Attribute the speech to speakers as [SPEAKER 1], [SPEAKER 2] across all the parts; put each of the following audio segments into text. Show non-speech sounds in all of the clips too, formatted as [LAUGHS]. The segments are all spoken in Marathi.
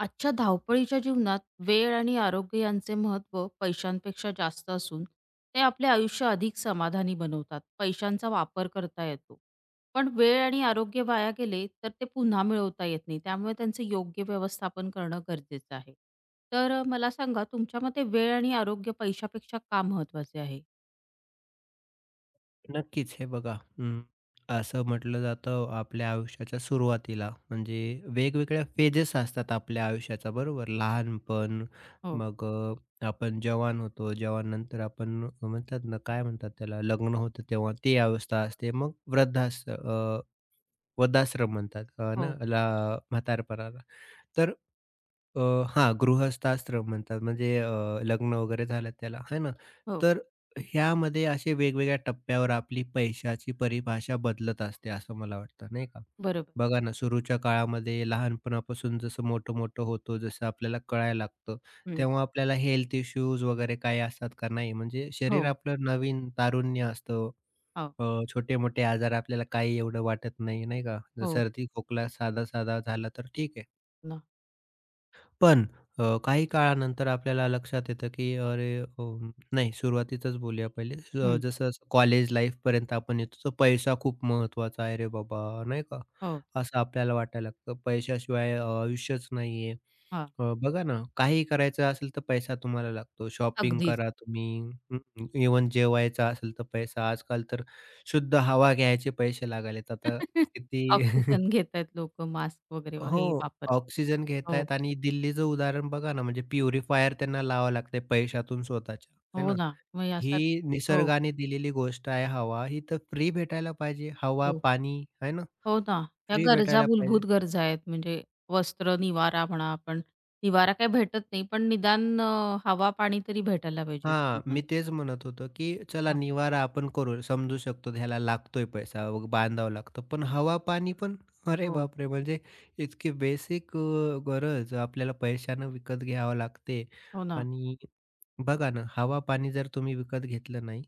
[SPEAKER 1] आजच्या धावपळीच्या जीवनात वेळ आणि आरोग्य यांचे महत्त्व पैशांपेक्षा जास्त असून ते आपले आयुष्य अधिक समाधानी बनवतात. पैशांचा वापर करता येतो. पण वेळ आणि आरोग्य वाया गेले तर ते पुन्हा मिळवता येत नाही. त्यामुळे त्यांचे योग्य व्यवस्थापन करणं गरजेचं आहे. तर मला सांगा तुमच्या मते वेळ आणि आरोग्य पैशापेक्षा का महत्त्वाचे आहे?
[SPEAKER 2] नक्कीच. हे बघा. अं, असं म्हटलं जातं आपल्या आयुष्याच्या सुरुवातीला म्हणजे वेगवेगळ्या फेजेस असतात आपल्या आयुष्याचा बरोबर. लहानपण,
[SPEAKER 1] हो,
[SPEAKER 2] मग आपण जवान होतो. जवाननंतर आपण म्हणतात ना काय म्हणतात त्याला, लग्न होतं तेव्हा ती अवस्था असते. मग वृद्धाश्रम म्हणतात ना
[SPEAKER 1] हो,
[SPEAKER 2] ला म्हातारपणाला. तर अ, हां, गृहस्थाश्रम म्हणतात म्हणजे लग्न वगैरे झालं त्याला, आहे ना?
[SPEAKER 1] हो,
[SPEAKER 2] तर ह्यामध्ये असे वेगवेगळ्या टप्प्यावर आपली पैशाची परिभाषा बदलत असते, असं मला वाटतं, नाही का?
[SPEAKER 1] बरोबर.
[SPEAKER 2] बघा ना, सुरूच्या काळामध्ये लहानपणापासून जसं मोठं-मोठं होतो, जसं आपल्याला कळायला लागतं,
[SPEAKER 1] हं.
[SPEAKER 2] तेव्हा आपल्याला हेल्थ इश्यूज वगैरे काही असतात का? नाही. म्हणजे शरीर
[SPEAKER 1] हो,
[SPEAKER 2] आपलं नवीन तारुण्य असतं.
[SPEAKER 1] हो,
[SPEAKER 2] अ, छोटे-मोठे आजार आपल्याला काही एवढं वाटत नाही, नाही का? जर
[SPEAKER 1] हो,
[SPEAKER 2] सर्दी, खोकला साधा-साधा झाला तर ठीक आहे.
[SPEAKER 1] ना.
[SPEAKER 2] पण काही काळानंतर आपल्याला लक्षात येतं, की अरे, नाही, सुरुवातीचंच बोलूया पहिले.
[SPEAKER 1] हं,
[SPEAKER 2] जसं कॉलेज लाईफपर्यंत आपण येतो, तर पैसा खूप महत्त्वाचा आहे रे बाबा, नाही का?
[SPEAKER 1] हो,
[SPEAKER 2] असं आपल्याला वाटायला लागतं. पैशाशिवाय आयुष्यच नाहीये.
[SPEAKER 1] हां.
[SPEAKER 2] बघा ना, काही करायचं असेल तर पैसा तुम्हाला लागतो. शॉपिंग
[SPEAKER 1] अगदीच.
[SPEAKER 2] करा तुम्ही, हं, जेवायचं असेल तर पैसा. आजकाल तर शुद्ध हवा घ्यायचे पैसे लागायलेत. आता
[SPEAKER 1] [LAUGHS]
[SPEAKER 2] किती
[SPEAKER 1] ऑक्सिजन
[SPEAKER 2] [LAUGHS]
[SPEAKER 1] घेतायत लोकं मास्क वगैरे
[SPEAKER 2] हो,
[SPEAKER 1] हे वापरत.
[SPEAKER 2] ऑक्सिजन
[SPEAKER 1] हो,
[SPEAKER 2] घेतायत आणि दिल्लीचं उदाहरण बघा ना, म्हणजे प्युरिफायर त्यांना लावावं लागतंय पैशातून स्वतःच्या, है
[SPEAKER 1] हो
[SPEAKER 2] ना?
[SPEAKER 1] ना. मग असा
[SPEAKER 2] ही
[SPEAKER 1] हो,
[SPEAKER 2] निसर्गाने दिलेली गोष्ट आहे हवा, ही तर फ्री भेटायला पाहिजे. हवा,
[SPEAKER 1] हो,
[SPEAKER 2] पाणी, है ना?
[SPEAKER 1] हो ना. ह्या
[SPEAKER 2] फ्री
[SPEAKER 1] गरजा
[SPEAKER 2] भेटायला पाहिजे.
[SPEAKER 1] मूलभूत गरजा आहेत म्हणजे वस्त्र, निवारा म्हणा आपण निवारा काही भेटत नाही, पण निदान हवा, पाणी तरी भेटायला पाहिजे
[SPEAKER 2] हां, मी
[SPEAKER 1] फ्रीमध्ये.
[SPEAKER 2] तेच म्हणत होतो, की चला
[SPEAKER 1] हां.
[SPEAKER 2] निवारा आपण करू. समजू शकतो ह्याला लागतोय पैसा, बांधावा लागतो. पण हवा-पाणी पण? अरे
[SPEAKER 1] हो,
[SPEAKER 2] बापरे! म्हणजे इतकी बेसिक गरज आपल्याला पैशानं विकत घ्यावं लागते.
[SPEAKER 1] हो ना.
[SPEAKER 2] आणि बघा ना, हवा-पाणी जर तुम्ही विकत घेतलं नाही,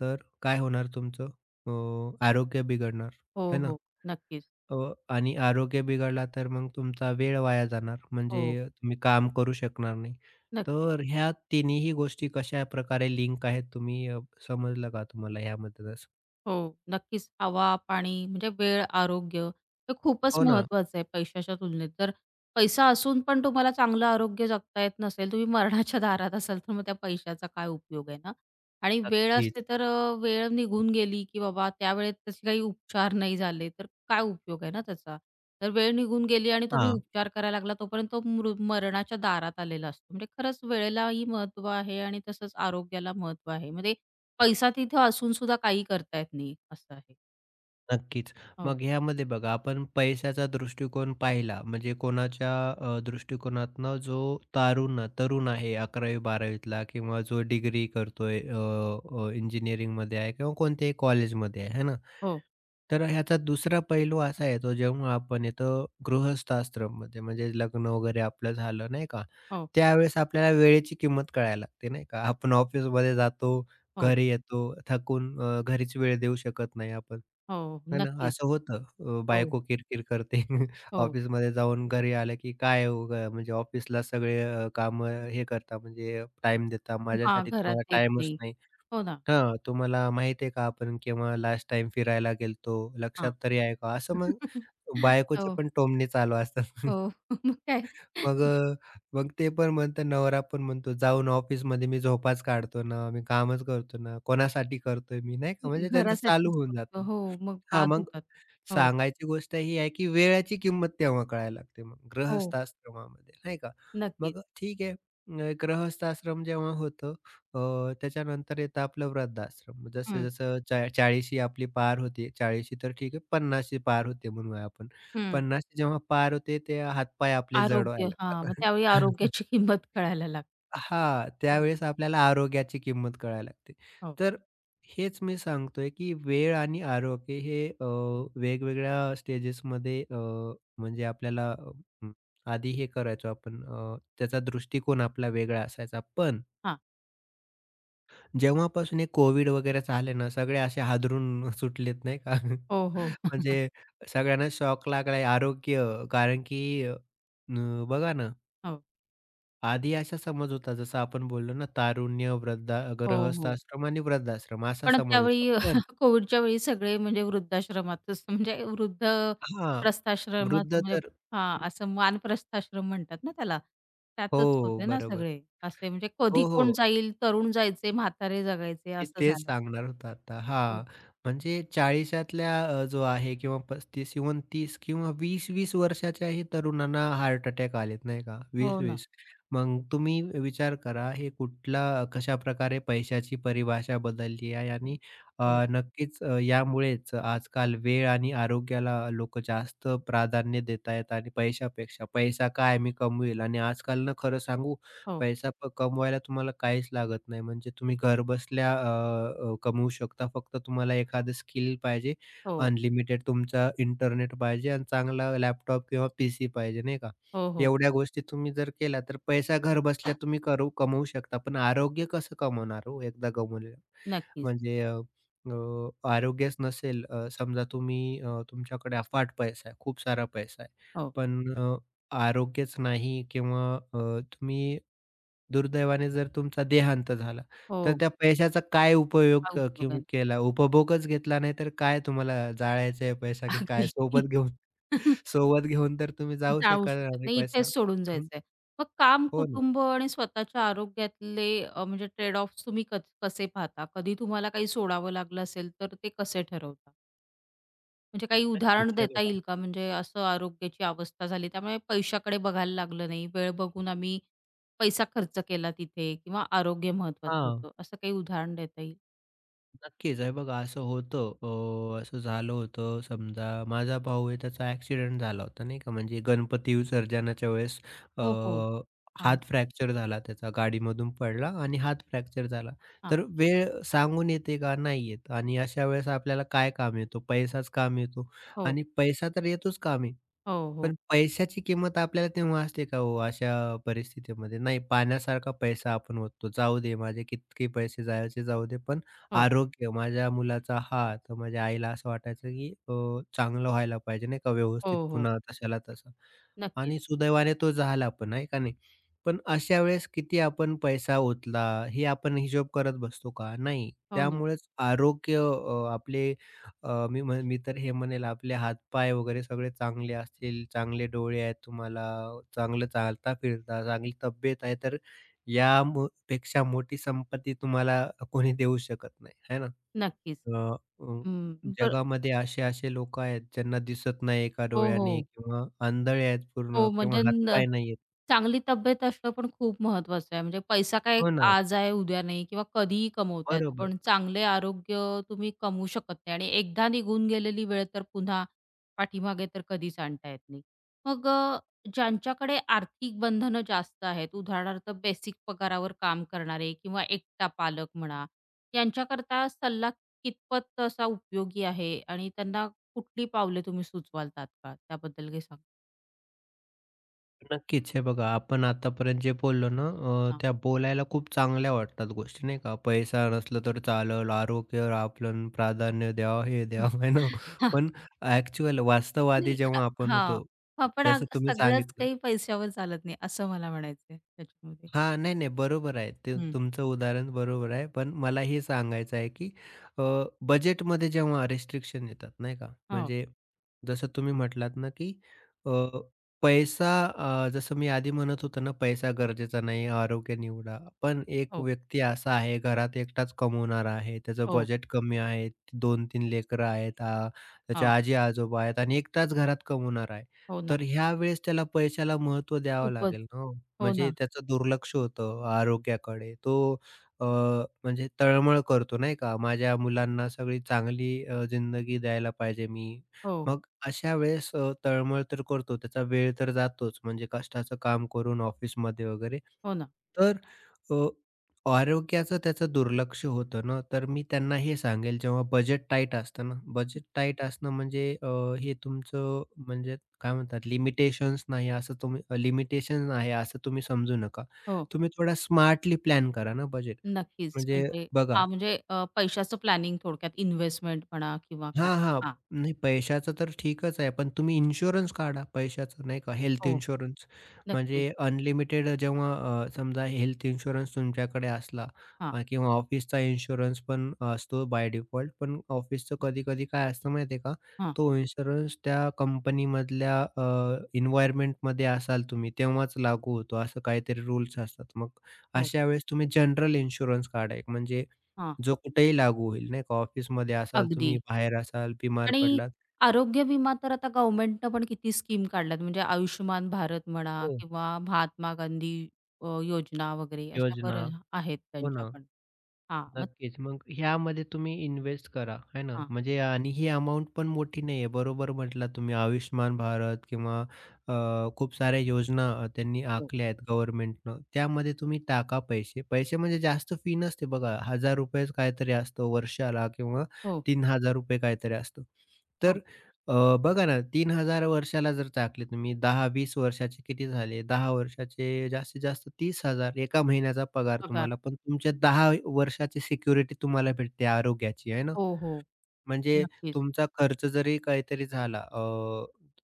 [SPEAKER 2] तर काय होणार तुमचं? आरोग्य बिघडणार,
[SPEAKER 1] हो,
[SPEAKER 2] है ना?
[SPEAKER 1] हो. नक्कीच.
[SPEAKER 2] हो, आणि आरोग्य बिघडला तर मग तुमचा वेळ वाया जाणार,
[SPEAKER 1] हो,
[SPEAKER 2] म्हणजे तुम्ही काम करू शकणार नाही.
[SPEAKER 1] नक्कीच.
[SPEAKER 2] तर ह्या तिन्हीही गोष्टी कशा प्रकारे लिंक आहेत तुम्ही, समजलं का तुम्हाला यामधूनच?
[SPEAKER 1] हो, नक्कीच. हवा, पाणी म्हणजे वेळ, आरोग्य हे खूपच
[SPEAKER 2] हो ना,
[SPEAKER 1] महत्वाचं आहे पैशाच्या तुलनेत. तर पैसा असून पण तुम्हाला चांगलं आरोग्य जगता येत नसेल, तुम्ही मरणाच्या दारात असाल, तर मग त्या पैशाचा काय उपयोग आहे ना? आणि वेळ
[SPEAKER 2] नक्कीच.
[SPEAKER 1] असते तर वेळ निघून गेली, की बाबा त्यावेळेत तसे काही उपचार नाही झाले, तर काय उपयोग आहे ना त्याचा? तर वेळ निघून गेली आणि तुम्ही
[SPEAKER 2] हां.
[SPEAKER 1] उपचार करायला लागला, तोपर्यंत तो मरणाच्या दारात आलेला असतो. म्हणजे खरंच वेळेलाही महत्त्व आहे आणि तसंच आरोग्याला महत्त्व आहे. म्हणजे पैसा तिथे असून सुद्धा काही करता येत नाही, असं आहे.
[SPEAKER 2] नक्कीच.
[SPEAKER 1] हो,
[SPEAKER 2] मग ह्यामध्ये बघा, आपण पैशाचा दृष्टिकोन पाहिला म्हणजे कोणाच्या दृष्टिकोनातनं, जो तरुण आहे, 11वी-12वी किंवा जो डिग्री करतोय, इंजिनिअरिंगमध्ये आहे किंवा कोणत्याही कॉलेजमध्ये आहे, है ना?
[SPEAKER 1] हो,
[SPEAKER 2] तर ह्याचा दुसरा पैलू असा येतो जेव्हा आपण येतो गृहस्थ आश्रममध्ये, म्हणजे लग्न वगैरे आपलं झालं, नाही का?
[SPEAKER 1] हो,
[SPEAKER 2] त्यावेळेस आपल्याला वेळेची किंमत कळायला लागते, नाही का? आपण ऑफिसमध्ये जातो,
[SPEAKER 1] हो,
[SPEAKER 2] घरी येतो, थकून, घरीच वेळ देऊ शकत नाही आपण.
[SPEAKER 1] हो.
[SPEAKER 2] नाही ना,
[SPEAKER 1] नक्कीच.
[SPEAKER 2] असं होतं.
[SPEAKER 1] हो,
[SPEAKER 2] बायको
[SPEAKER 1] हो,
[SPEAKER 2] किरकिर करते. [LAUGHS]
[SPEAKER 1] हो.
[SPEAKER 2] ऑफिसमध्ये जाऊन घरी आलं की काय हो ग, म्हणजे ऑफिसला सगळे, हे करता म्हणजे टाइम देता.
[SPEAKER 1] हां,
[SPEAKER 2] माझ्यासाठी
[SPEAKER 1] घरात
[SPEAKER 2] तुम्हाला
[SPEAKER 1] देत
[SPEAKER 2] टाईमच
[SPEAKER 1] नाही.
[SPEAKER 2] नाही.
[SPEAKER 1] हो ना.
[SPEAKER 2] हां, तुम्हाला माहिती आहे का आपण केव्हा लास्ट टाईम फिरायला गेलतो? लक्षात
[SPEAKER 1] हां.
[SPEAKER 2] तरी आहे का? असं मग
[SPEAKER 1] [LAUGHS]
[SPEAKER 2] बायकोचे
[SPEAKER 1] हो,
[SPEAKER 2] पण टोमणे चालू असतात. [LAUGHS]
[SPEAKER 1] हो. [LAUGHS] मग काय
[SPEAKER 2] मग मग ते पण म्हणतात, नवरा पण म्हणतो, "जाऊन ऑफिसमध्ये मी झोपाच काढतो ना, मी कामच करतो ना, कोणासाठी करतोय मी?" नाही का, म्हणजे त्यांचं चालू
[SPEAKER 1] घरासाठीच
[SPEAKER 2] होऊन
[SPEAKER 1] करतो.
[SPEAKER 2] जातं.
[SPEAKER 1] हो, मग
[SPEAKER 2] हां,
[SPEAKER 1] बाद
[SPEAKER 2] मग
[SPEAKER 1] होतात. हो,
[SPEAKER 2] सांगायची गोष्ट ही आहे की वेळाची किंमत तेव्हा कळायला लागते मग
[SPEAKER 1] हो.
[SPEAKER 2] गृहस्थाश्रमामध्ये, नाही का?
[SPEAKER 1] नक्कीच.
[SPEAKER 2] मग ठीक आहे. गृहस्थाश्रम जेव्हा होतं, त्याच्यानंतर येतं आपलं वृद्धाश्रम.
[SPEAKER 1] हं,
[SPEAKER 2] जसं-जसं चा 40शी आपली पार होते, 40शी तर ठीक आहे, 50शी पार होते म्हणूया आपण.
[SPEAKER 1] हं.
[SPEAKER 2] 50शी जेव्हा पार होते, ते हातपाय आपले जड
[SPEAKER 1] आरोग्य
[SPEAKER 2] व्हायला
[SPEAKER 1] हां, मग
[SPEAKER 2] लागतात.
[SPEAKER 1] त्यावेळी
[SPEAKER 2] [LAUGHS]
[SPEAKER 1] आरोग्याची [LAUGHS] किंमत कळायला लागते.
[SPEAKER 2] हां,
[SPEAKER 1] हो,
[SPEAKER 2] त्यावेळेस आपल्याला आरोग्याची किंमत कळायला लागते.
[SPEAKER 1] हो.
[SPEAKER 2] तर हेच मी सांगतोय, की वेळ आणि आरोग्य हे वेगवेगळ्या स्टेजेसमध्ये, म्हणजे आपल्याला, म, आधी हे करायचो आपण, त्याचा दृष्टिकोन आपला वेगळा असायचा. पण
[SPEAKER 1] हां.
[SPEAKER 2] जेव्हापासून हे कोविड वगैरे झाले ना, सगळे असे हादरून सुटलेत, नाही का? [LAUGHS]
[SPEAKER 1] हो, हो. [LAUGHS]
[SPEAKER 2] म्हणजे सगळ्यांना शॉक लागलाय आरोग्य, कारण की अ, बघा ना,
[SPEAKER 1] हो,
[SPEAKER 2] आधी असा समज होता, जसं आपण बोललो ना, तारुण्य,
[SPEAKER 1] हो,
[SPEAKER 2] गृहस्थ
[SPEAKER 1] हो.
[SPEAKER 2] आश्रम आणि वृद्धाश्रम, असा
[SPEAKER 1] पण
[SPEAKER 2] समज होता.
[SPEAKER 1] त्यावेळी
[SPEAKER 2] पण
[SPEAKER 1] [LAUGHS] कोविडच्या वेळी सगळे म्हणजे वृद्धाश्रमातच म्हणजे वृद्ध
[SPEAKER 2] हां,
[SPEAKER 1] प्रस्थाश्रमात
[SPEAKER 2] वृद्ध
[SPEAKER 1] म्हणजे
[SPEAKER 2] तर,
[SPEAKER 1] हां, असं मानप्रस्थाश्रम म्हणतात ना त्याला. त्यातच
[SPEAKER 2] हो,
[SPEAKER 1] होते ना
[SPEAKER 2] बरोबर.
[SPEAKER 1] सगळे असे म्हणजे कधी
[SPEAKER 2] हो,
[SPEAKER 1] कोण
[SPEAKER 2] हो.
[SPEAKER 1] जाईल, तरुण जायचे, म्हातारे जगायचे
[SPEAKER 2] मी
[SPEAKER 1] असं
[SPEAKER 2] तेच
[SPEAKER 1] झालं.
[SPEAKER 2] सांगणार होतो आता. हां,
[SPEAKER 1] हो.
[SPEAKER 2] म्हणजे 40तल्या, जो आहे, किंवा 35-29 किंवा 20-20 वर्षाच्याही तरुणांना हार्ट अटॅक आलेत, नाही का?
[SPEAKER 1] हो ना.
[SPEAKER 2] 20-20, मग तुम्ही विचार करा, हे कुठला कशाप्रकारे पैशाची परिभाषा बदलली आहे. आणि अ,
[SPEAKER 1] हो,
[SPEAKER 2] नक्कीच, यामुळेच आजकाल वेळ आणि आरोग्याला लोकं जास्त प्राधान्य देत आहेत आणि पैशापेक्षा, पैसा काय मी कमवेल, आणि आजकाल ना, खरं सांगू,
[SPEAKER 1] हो,
[SPEAKER 2] पैसा कमवायला तुम्हाला काहीच लागत नाही. म्हणजे तुम्ही घरबसल्या अ, अ, कमवू शकता. फक्त तुम्हाला एखादं स्किल पाहिजे,
[SPEAKER 1] हो,
[SPEAKER 2] अनलिमिटेड तुमचा इंटरनेट पाहिजे आणि चांगला लॅपटॉप किंवा पीसी पाहिजे, नाही का?
[SPEAKER 1] हो, हो.
[SPEAKER 2] एवढ्या गोष्टी तुम्ही जर केल्या, तर पैसा घरबसल्या तुम्ही कमवू शकता. पण आरोग्य कसं कमवणार हो एकदा गमवलं?
[SPEAKER 1] नक्कीच.
[SPEAKER 2] म्हणजे अ, अ, आरोग्यच नसेल, समजा तुम्ही, तुमच्याकडे अफाट पैसा आहे, खूप सारा पैसा आहे.
[SPEAKER 1] हो,
[SPEAKER 2] पण आरोग्यच नाही, किंवा तुम्ही दुर्दैवाने, जर तुमचा देहांत झाला, तर
[SPEAKER 1] हो.
[SPEAKER 2] त्या पैशाचा काय
[SPEAKER 1] हा
[SPEAKER 2] उपयोग,
[SPEAKER 1] उपयोग आहे.
[SPEAKER 2] किंवा
[SPEAKER 1] ना.
[SPEAKER 2] केला? उपभोगच घेतला नाही तर काय, तुम्हाला जाळायचा आहे पैसा की
[SPEAKER 1] अगदी.
[SPEAKER 2] काय? सोबत घेऊन [LAUGHS]
[SPEAKER 1] [LAUGHS]
[SPEAKER 2] सोबत घेऊन तर तुम्ही जाऊ
[SPEAKER 1] जाऊ
[SPEAKER 2] शकणार
[SPEAKER 1] शकत
[SPEAKER 2] नाही
[SPEAKER 1] नाही. इथेच
[SPEAKER 2] पैसा.
[SPEAKER 1] सोडून
[SPEAKER 2] हं,
[SPEAKER 1] जायचंय. मग काम,
[SPEAKER 2] हो ना.
[SPEAKER 1] कुटुंब आणि स्वतःच्या आरोग्यातले म्हणजे ट्रेड ऑफ्स तुम्ही कसे पाहता? कधी तुम्हाला काही सोडावं लागलं असेल, तर ते कसे ठरवता? म्हणजे काही उदाहरण
[SPEAKER 2] नक्कीच. हे
[SPEAKER 1] देता
[SPEAKER 2] बघा,
[SPEAKER 1] येईल का? म्हणजे असं आरोग्याची अवस्था झाली, त्यामुळे पैशाकडे बघायला लागलं नाही. वेळ बघून आम्ही पैसा खर्च केला तिथे किंवा आरोग्य महत्वाचं
[SPEAKER 2] हां.
[SPEAKER 1] होतं. असं काही उदाहरण देता येईल?
[SPEAKER 2] नक्कीच. हे बघा, असं होतं. असं झालं होतं, समजा माझा भाऊ आहे, त्याचा ॲक्सिडेंट झाला होता, नाही का. म्हणजे गणपती विसर्जनाच्या वेळेस अ,
[SPEAKER 1] हो, हो. हां,
[SPEAKER 2] हात फ्रॅक्चर झाला त्याचा, गाडीमधून पडला आणि हात फ्रॅक्चर झाला.
[SPEAKER 1] हां.
[SPEAKER 2] तर वेळ सांगून येते का? नाही येत. आणि अशा वेळेस आपल्याला काय काम येतो? पैसाच काम येतो,
[SPEAKER 1] हो,
[SPEAKER 2] आणि पैसा तर येतोच कामी.
[SPEAKER 1] हो, हो.
[SPEAKER 2] पण पैशाची किंमत आपल्याला तेव्हा असते का हो अशा परिस्थितीमध्ये? नाही, पाण्यासारखा पैसा आपण ओततो. जाऊ दे, माझे कितके पैसे जायचे जाऊ दे, पण
[SPEAKER 1] हो,
[SPEAKER 2] आरोग्य, माझ्या मुलाचा हात, माझ्या आईला असं वाटायचं की, चांगलं व्हायला पाहिजे, नाही का,
[SPEAKER 1] हो,
[SPEAKER 2] व्यवस्थित
[SPEAKER 1] हो.
[SPEAKER 2] पुन्हा तशाला तसं.
[SPEAKER 1] नक्कीच.
[SPEAKER 2] आणि सुदैवाने तो झाला पण, आहे का नाही? पण अशा वेळेस किती आपण पैसा ओतला, हे आपण हिशोब करत बसतो का? नाही.
[SPEAKER 1] हो ना.
[SPEAKER 2] त्यामुळेच आरोग्य, आपले, अ, मी म्हण मी तर हे म्हणेल, आपले हातपाय वगैरे सगळे चांगले असतील, चांगले डोळे आहेत तुम्हाला, चांगलं चालता-फिरता, चांगली तब्येत आहे, तर या मो पेक्षा मोठी संपत्ती तुम्हाला कोणी देऊ शकत नाही, है ना?
[SPEAKER 1] नक्कीच.
[SPEAKER 2] अ, अ,
[SPEAKER 1] हं. बरं
[SPEAKER 2] जगामध्ये असे-असे लोकं आहेत ज्यांना दिसत नाही एका
[SPEAKER 1] हो,
[SPEAKER 2] डोळ्याने
[SPEAKER 1] हो.
[SPEAKER 2] किंवा आंधळे आहेत पूर्ण,
[SPEAKER 1] हो,
[SPEAKER 2] किंवा
[SPEAKER 1] म्हणजे
[SPEAKER 2] हातपाय नाहीयेत.
[SPEAKER 1] चांगली तब्येत असणं पण खूप महत्वाचं आहे. म्हणजे पैसा काय
[SPEAKER 2] हो ना,
[SPEAKER 1] आज आहे, उद्या नाही किंवा कधीही कमवता येतो.
[SPEAKER 2] बरोबर.
[SPEAKER 1] पण चांगले आरोग्य तुम्ही कमवू शकत नाही आणि एकदा निघून गेलेली वेळ तर पुन्हा पाठीमागे तर कधीच आणता येत नाही. मग ज्यांच्याकडे आर्थिक बंधनं जास्त आहेत, उदाहरणार्थ बेसिक पगारावर काम करणारे किंवा एकटा पालक म्हणा, यांच्याकरता सल्ला कितपत असा उपयोगी आहे आणि त्यांना कुठली पावले तुम्ही सुचवाल तात्काळ? त्याबद्दल काही सांगा?
[SPEAKER 2] नक्कीच. हे बघा, आपण आतापर्यंत जे बोललो ना, त्या बोलायला खूप चांगल्या वाटतात गोष्टी, नाही का? पैसा नसला तर चालेल, आरोग्य आपण प्राधान्य द्यावं, हे
[SPEAKER 1] [LAUGHS] हं.
[SPEAKER 2] द्यावं, आहे ना?
[SPEAKER 1] हां.
[SPEAKER 2] पण ॲक्चुअल वास्तववादी
[SPEAKER 1] नाही. हां,
[SPEAKER 2] जेव्हा आपण
[SPEAKER 1] हां.
[SPEAKER 2] होतो,
[SPEAKER 1] हां, पण
[SPEAKER 2] जसं तुम्ही
[SPEAKER 1] सगळंच
[SPEAKER 2] सांगितलं,
[SPEAKER 1] काही पैशावर चालत नाही असं मला म्हणायचंय त्याच्यामध्ये.
[SPEAKER 2] हां, नाही, नाही, बरोबर आहे. ते
[SPEAKER 1] हं.
[SPEAKER 2] तुमचं उदाहरण बरोबर आहे. पण मला हे सांगायचं आहे, की अ, बजेटमध्ये जेव्हा रिस्ट्रिक्शन येतात, नाही का,
[SPEAKER 1] हो,
[SPEAKER 2] म्हणजे जसं तुम्ही म्हटलात ना, की अ, पैसा, जसं मी आधी म्हणत होतो ना, पैसा गरजेचा नाही, आरोग्य निवडा. पण एक
[SPEAKER 1] हो,
[SPEAKER 2] व्यक्ती असा आहे, घरात एकटाच कमवणारा आहे, त्याचं
[SPEAKER 1] हो,
[SPEAKER 2] बजेट कमी आहे, 2-3 लेकरं आहेत, त्याचे
[SPEAKER 1] हो,
[SPEAKER 2] आजी-आजोबा आहेत आणि एकटाच घरात कमवणारा आहे.
[SPEAKER 1] हो ना.
[SPEAKER 2] तर ह्यावेळेस त्याला पैशाला महत्व द्यावं
[SPEAKER 1] खूपच.
[SPEAKER 2] लागेल ना हो.
[SPEAKER 1] हो
[SPEAKER 2] म्हणजे
[SPEAKER 1] ना.
[SPEAKER 2] त्याचं दुर्लक्ष होतं आरोग्याकडे. तो अ, म्हणजे तळमळ करतो, नाही का, माझ्या मुलांना सगळी चांगली जिंदगी द्यायला पाहिजे मी.
[SPEAKER 1] हो,
[SPEAKER 2] मग अशा वेळेस तळमळ तर करतो, त्याचा वेळ तर जातोच, म्हणजे कष्टाचं काम करून ऑफिसमध्ये वगैरे.
[SPEAKER 1] हो ना.
[SPEAKER 2] तर अ, आरोग्याचं त्याचं दुर्लक्ष होतं ना, तर मी त्यांना हे सांगेल, जेव्हा बजेट टाईट असतं ना, बजेट टाईट असणं म्हणजे, हे तुमचं म्हणजे, काय म्हणतात, लिमिटेशन्स, नाही, असं तुम्ही, लिमिटेशन आहे असं तुम्ही समजू नका.
[SPEAKER 1] हो,
[SPEAKER 2] तुम्ही थोडा स्मार्टली प्लॅन करा ना बजेट.
[SPEAKER 1] नक्कीच.
[SPEAKER 2] म्हणजे
[SPEAKER 1] म्हणजे
[SPEAKER 2] बघा,
[SPEAKER 1] हां, म्हणजे पैशाचं प्लॅनिंग थोडक्यात इन्व्हेस्टमेंट म्हणा किंवा काय.
[SPEAKER 2] हां, हां.
[SPEAKER 1] हां,
[SPEAKER 2] नाही, पैशाचं तर ठीकच आहे, पण तुम्ही इन्शुरन्स काढा पैशाचं, नाही का, हेल्थ
[SPEAKER 1] हो,
[SPEAKER 2] इन्शुरन्स. म्हणजे
[SPEAKER 1] नक्कीच.
[SPEAKER 2] अनलिमिटेड जेव्हा, समजा हेल्थ इन्शुरन्स तुमच्याकडे असला,
[SPEAKER 1] हां,
[SPEAKER 2] किंवा ऑफिसचा इन्शुरन्स पण असतो बाय डिफॉल्ट. पण ऑफिसचं कधी-कधी काय असतं माहिती आहे का?
[SPEAKER 1] हां,
[SPEAKER 2] तो इन्शुरन्स त्या कंपनीमधल्या, एन्व्हायर्नमेंटमध्ये असाल तुम्ही तेव्हाच लागू होतो. असं काहीतरी रूल्स असतात. मग
[SPEAKER 1] हो,
[SPEAKER 2] अशा वेळेस तुम्ही जनरल इन्शुरन्स काढा एक, म्हणजे
[SPEAKER 1] हां,
[SPEAKER 2] जो कुठेही लागू होईल, नाही का. ऑफिसमध्ये असाल
[SPEAKER 1] अगदी.
[SPEAKER 2] तुम्ही, बाहेर असाल, बिमार
[SPEAKER 1] आणि
[SPEAKER 2] पडलात.
[SPEAKER 1] आरोग्य विमा तर आता गव्हर्नमेंटनं पण किती स्कीम काढल्यात. म्हणजे आयुष्यमान भारत म्हणा
[SPEAKER 2] हो.
[SPEAKER 1] किंवा महात्मा गांधी योजना वगैरे अशा
[SPEAKER 2] योजना,
[SPEAKER 1] बऱ्या आहेत
[SPEAKER 2] हो
[SPEAKER 1] त्यांच्या
[SPEAKER 2] ना,
[SPEAKER 1] पण. हां, मग
[SPEAKER 2] नक्कीच. मग ह्यामध्ये तुम्ही इन्व्हेस्ट करा है ना.
[SPEAKER 1] हां.
[SPEAKER 2] म्हणजे, आणि ही अमाउंट पण मोठी नाही आहे. बरोबर म्हटलात तुम्ही, आयुष्यमान भारत किंवा अ, खूप साऱ्या योजना, त्यांनी
[SPEAKER 1] हो,
[SPEAKER 2] आखल्या आहेत गव्हर्नमेंटनं. त्यामध्ये तुम्ही टाका पैसे. पैसे म्हणजे जास्त फी नसते बघा, ₹1000 काहीतरी असतो वर्षाला, किंवा
[SPEAKER 1] हो,
[SPEAKER 2] ₹3000 काहीतरी असतं.
[SPEAKER 1] हो.
[SPEAKER 2] तर अ, बघा ना, 3000 वर्षाला जर टाकले तुम्ही, 10-20 वर्षाचे किती झाले? 10 वर्षाचे जास्तीत जास्त 30,000, एका महिन्याचा पगार
[SPEAKER 1] पगार.
[SPEAKER 2] तुम्हाला. पण तुमच्या 10 वर्षाची सिक्युरिटी तुम्हाला भेटते आरोग्याची, आहे ना.
[SPEAKER 1] हो, हो.
[SPEAKER 2] म्हणजे
[SPEAKER 1] नक्कीच.
[SPEAKER 2] तुमचा खर्च जरी काहीतरी झाला, अ,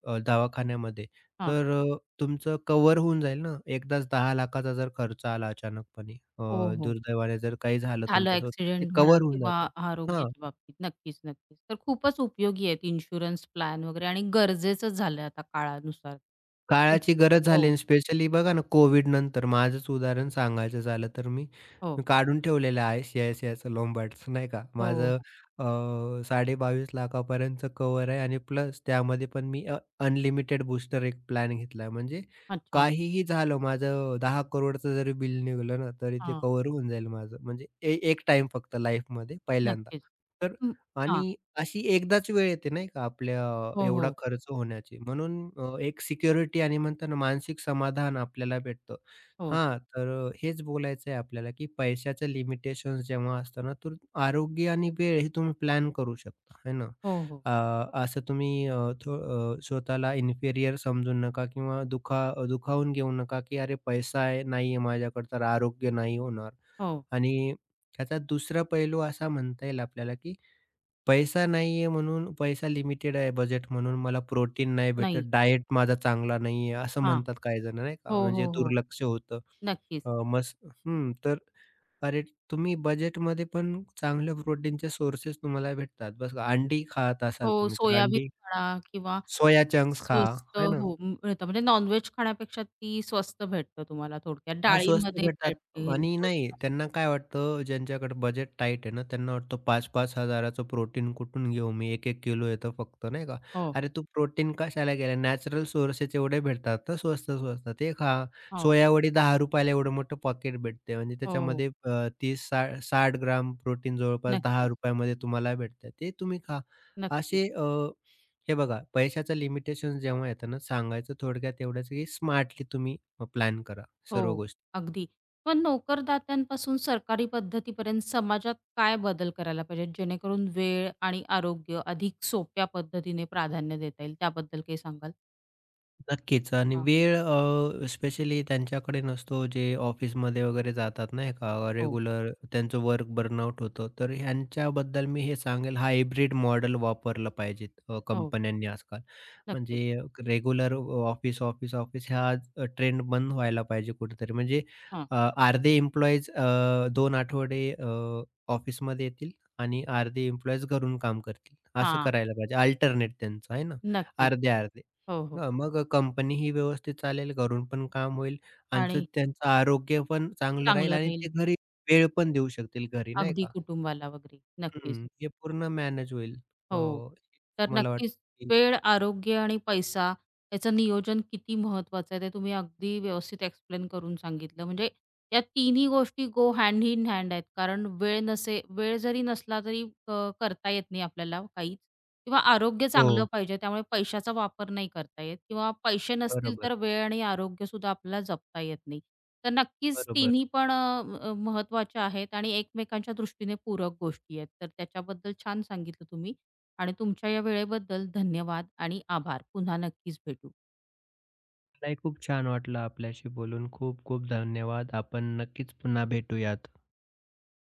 [SPEAKER 2] अ, दवाखान्यामध्ये,
[SPEAKER 1] हां.
[SPEAKER 2] तर तुमचं कव्हर होऊन जाईल ना. एकदाच 10,00,000चा जर खर्च आला अचानकपणे,
[SPEAKER 1] हो, हो.
[SPEAKER 2] दुर्दैवाने जर काही झालं
[SPEAKER 1] झालं
[SPEAKER 2] तुमच्यासोबत, तर ते
[SPEAKER 1] ॲक्सिडेंट म्हणा
[SPEAKER 2] कव्हर होऊन
[SPEAKER 1] किंवा
[SPEAKER 2] जातं. हां.
[SPEAKER 1] आरोग्याच्या बाबतीत. नक्कीच, नक्कीच. तर खूपच उपयोगी आहेत इन्शुरन्स प्लॅन वगैरे आणि गरजेचंच झालं आता काळानुसार. हो,
[SPEAKER 2] काळाची गरज झाली
[SPEAKER 1] हो,
[SPEAKER 2] आणि स्पेशली बघा ना, कोविडनंतर माझंच उदाहरण सांगायचं झालं तर, मी
[SPEAKER 1] हो,
[SPEAKER 2] मी काढून ठेवलेलं आहे CICIचं लोंबार्डचं, नाही का.
[SPEAKER 1] हो.
[SPEAKER 2] माझं अ, 22.5 लाखापर्यंतचं कव्हर आहे, आणि प्लस त्यामध्ये पण मी अनलिमिटेड बूस्टर एक प्लॅन घेतला, म्हणजे
[SPEAKER 1] अच्छा.
[SPEAKER 2] काहीही झालं माझं, 10,00,00,000चं जरी बिल निघालं ना, तरी ते
[SPEAKER 1] हां,
[SPEAKER 2] कव्हर होऊन जाईल माझं. म्हणजे एक टाईम फक्त लाईफमध्ये, पहिल्यांदा.
[SPEAKER 1] नक्कीच.
[SPEAKER 2] तर,
[SPEAKER 1] हं, हां.
[SPEAKER 2] आणि अशी एकदाच वेळ येते नाही का आपल्या
[SPEAKER 1] हो,
[SPEAKER 2] एवढा
[SPEAKER 1] हो.
[SPEAKER 2] खर्च होण्याची. म्हणून एक सिक्युरिटी आणि म्हणतात ना मानसिक समाधान आपल्याला भेटतं.
[SPEAKER 1] हो.
[SPEAKER 2] हां, तर हेच बोलायचं आहे आपल्याला, की पैशाचं लिमिटेशन्स जेव्हा असतं ना, तर आरोग्य आणि वेळ हे तुम्ही प्लॅन करू शकता, है ना.
[SPEAKER 1] हो, हो.
[SPEAKER 2] अ, असं तुम्ही, स्वतःला इन्फेरियर समजू नका किंवा दुखावून घेऊ नका, की "अरे, पैसा आहे नाही माझ्याकडे, तर आरोग्य नाही होणार."
[SPEAKER 1] हो.
[SPEAKER 2] आणि त्याचा दुसरा पैलू असा म्हणता येईल आपल्याला, की पैसा नाहीये, म्हणून, पैसा लिमिटेड आहे बजेट म्हणून, मला प्रोटीन नाही भेटत,
[SPEAKER 1] नाही.
[SPEAKER 2] डाएट माझा चांगला नाहीये, असं
[SPEAKER 1] हां.
[SPEAKER 2] म्हणतात काही जण, नाही का?
[SPEAKER 1] हो,
[SPEAKER 2] म्हणजे
[SPEAKER 1] हो, हो.
[SPEAKER 2] दुर्लक्ष होतं.
[SPEAKER 1] नक्कीच.
[SPEAKER 2] अ, मस हं, तर अरे, तुम्ही बजेटमध्ये पण चांगल्या प्रोटीनचे सोर्सेस तुम्हाला भेटतात. बस अंडी खात असाल
[SPEAKER 1] हो,
[SPEAKER 2] तुम्ही तर
[SPEAKER 1] सोयाबीन
[SPEAKER 2] अंडी,
[SPEAKER 1] म्हणा किंवा
[SPEAKER 2] सोया चंक्स खा,
[SPEAKER 1] स्वस्त
[SPEAKER 2] आहे ना?
[SPEAKER 1] हो, मिळतं. म्हणजे नॉन-व्हेज खाण्यापेक्षा ती स्वस्त भेटतं तुम्हाला थोडक्यात.
[SPEAKER 2] हां, स्वस्त
[SPEAKER 1] डाळीमध्ये
[SPEAKER 2] भेटतात.
[SPEAKER 1] प्रोटीन,
[SPEAKER 2] आणि नाही,
[SPEAKER 1] प्रोटीन असतं.
[SPEAKER 2] त्यांना काय वाटतं, ज्यांच्याकडे बजेट टाईट आहे ना, त्यांना वाटतं, 5-5 हजाराचं प्रोटीन कुठून घेऊ मी? 1-1 किलो येतं फक्त, नाही का?
[SPEAKER 1] हो,
[SPEAKER 2] अरे, तू प्रोटीन कशाला गेला? नॅचरल सोर्सेस एवढे भेटतात ना स्वस्त-स्वस्त. ते खा.
[SPEAKER 1] हो.
[SPEAKER 2] सोया वडी ₹10, एवढं मोठं पॉकेट भेटते. म्हणजे
[SPEAKER 1] हो, हो.
[SPEAKER 2] त्याच्यामध्ये अ, 30 सा 60 ग्राम प्रोटीन जवळपास
[SPEAKER 1] नक्कीच,
[SPEAKER 2] ₹10 मध्ये तुम्हाला भेटतं. ते तुम्ही खा.
[SPEAKER 1] नक्कीच.
[SPEAKER 2] असे, हे बघा, पैशाचं लिमिटेशन जेव्हा येतं ना, सांगायचं थोडक्यात एवढंच, की स्मार्टली तुम्ही प्लॅन करा सर्व
[SPEAKER 1] हो,
[SPEAKER 2] गोष्टी.
[SPEAKER 1] अगदी. पण नोकरदात्यांपासून सरकारी पद्धतीपर्यंत समाजात काय बदल करायला पाहिजे जेणेकरून वेळ आणि आरोग्य अधिक सोप्या पद्धतीने प्राधान्य देता येईल? त्याबद्दल काही सांगाल?
[SPEAKER 2] नक्कीच. आणि
[SPEAKER 1] हां.
[SPEAKER 2] वेळ, स्पेशली त्यांच्याकडे नसतो जे ऑफिसमध्ये वगैरे जातात, नाही का,
[SPEAKER 1] हो,
[SPEAKER 2] रेग्युलर, त्यांचं वर्क बर्नआउट होतं, तर ह्यांच्याबद्दल मी हे सांगेल, हायब्रिड मॉडेल वापरलं पाहिजेत
[SPEAKER 1] हो.
[SPEAKER 2] कंपन्यांनी आजकाल.
[SPEAKER 1] नक्कीच.
[SPEAKER 2] म्हणजे रेग्युलर ऑफिस, ऑफिस, ऑफिस, हा ट्रेंड बंद व्हायला पाहिजे कुठेतरी. म्हणजे
[SPEAKER 1] हां,
[SPEAKER 2] अ, अर्धे एम्प्लॉईज, आठवडे ऑफिसमध्ये येतील, आणि अर्धे एम्प्लॉईज घरून काम करतील. असं
[SPEAKER 1] हां.
[SPEAKER 2] करायला पाहिजे. अल्टरनेट त्यांचं, आहे ना,
[SPEAKER 1] नक्कीच.
[SPEAKER 2] अर्धे-अर्धे.
[SPEAKER 1] हो, हो.
[SPEAKER 2] हां, मग कंपनी ही व्यवस्थित चालेल, घरून पण काम होईल, आणि
[SPEAKER 1] आणि
[SPEAKER 2] त्यांचं आरोग्य पण चांगलं
[SPEAKER 1] चांगलं
[SPEAKER 2] राहील, आणि
[SPEAKER 1] राहील
[SPEAKER 2] ते घरी वेळ पण देऊ शकतील घरी, नाही
[SPEAKER 1] अगदी
[SPEAKER 2] का?
[SPEAKER 1] कुटुंबाला वगैरे. नक्कीच.
[SPEAKER 2] हं, हे पूर्ण मॅनेज होईल.
[SPEAKER 1] हो.
[SPEAKER 2] हो,
[SPEAKER 1] तर
[SPEAKER 2] मला वाटतं
[SPEAKER 1] नक्कीच
[SPEAKER 2] की,
[SPEAKER 1] वेळ, आरोग्य आणि पैसा याचं नियोजन किती महत्त्वाचं आहे, ते तुम्ही अगदी व्यवस्थित एक्सप्लेन करून सांगितलं. म्हणजे या तिन्ही गोष्टी गो हँड इन हँड आहेत. कारण वेळ जरी नसला तरी अ, करता येत नाही आपल्याला काहीच किंवा आरोग्य चांगलं
[SPEAKER 2] हो,
[SPEAKER 1] पाहिजे, त्यामुळे पैशाचा वापर नाही करता येत किंवा पैसे नसतील
[SPEAKER 2] बरोबर,
[SPEAKER 1] तर वेळ आणि आरोग्यसुद्धा आपल्याला जपता येत नाही. तर नक्कीच
[SPEAKER 2] बरोबर.
[SPEAKER 1] तिन्ही पण महत्त्वाच्या आहेत आणि एकमेकांच्या दृष्टीने पूरक गोष्टी आहेत. तर त्याच्याबद्दल छान सांगितलं तुम्ही. आणि तुमच्या या वेळेबद्दल धन्यवाद आणि आभार. पुन्हा नक्कीच भेटू.
[SPEAKER 2] मलाही खूप छान वाटलं आपल्याशी बोलून. खूप खूप धन्यवाद. आपण नक्कीच पुन्हा भेटूयात.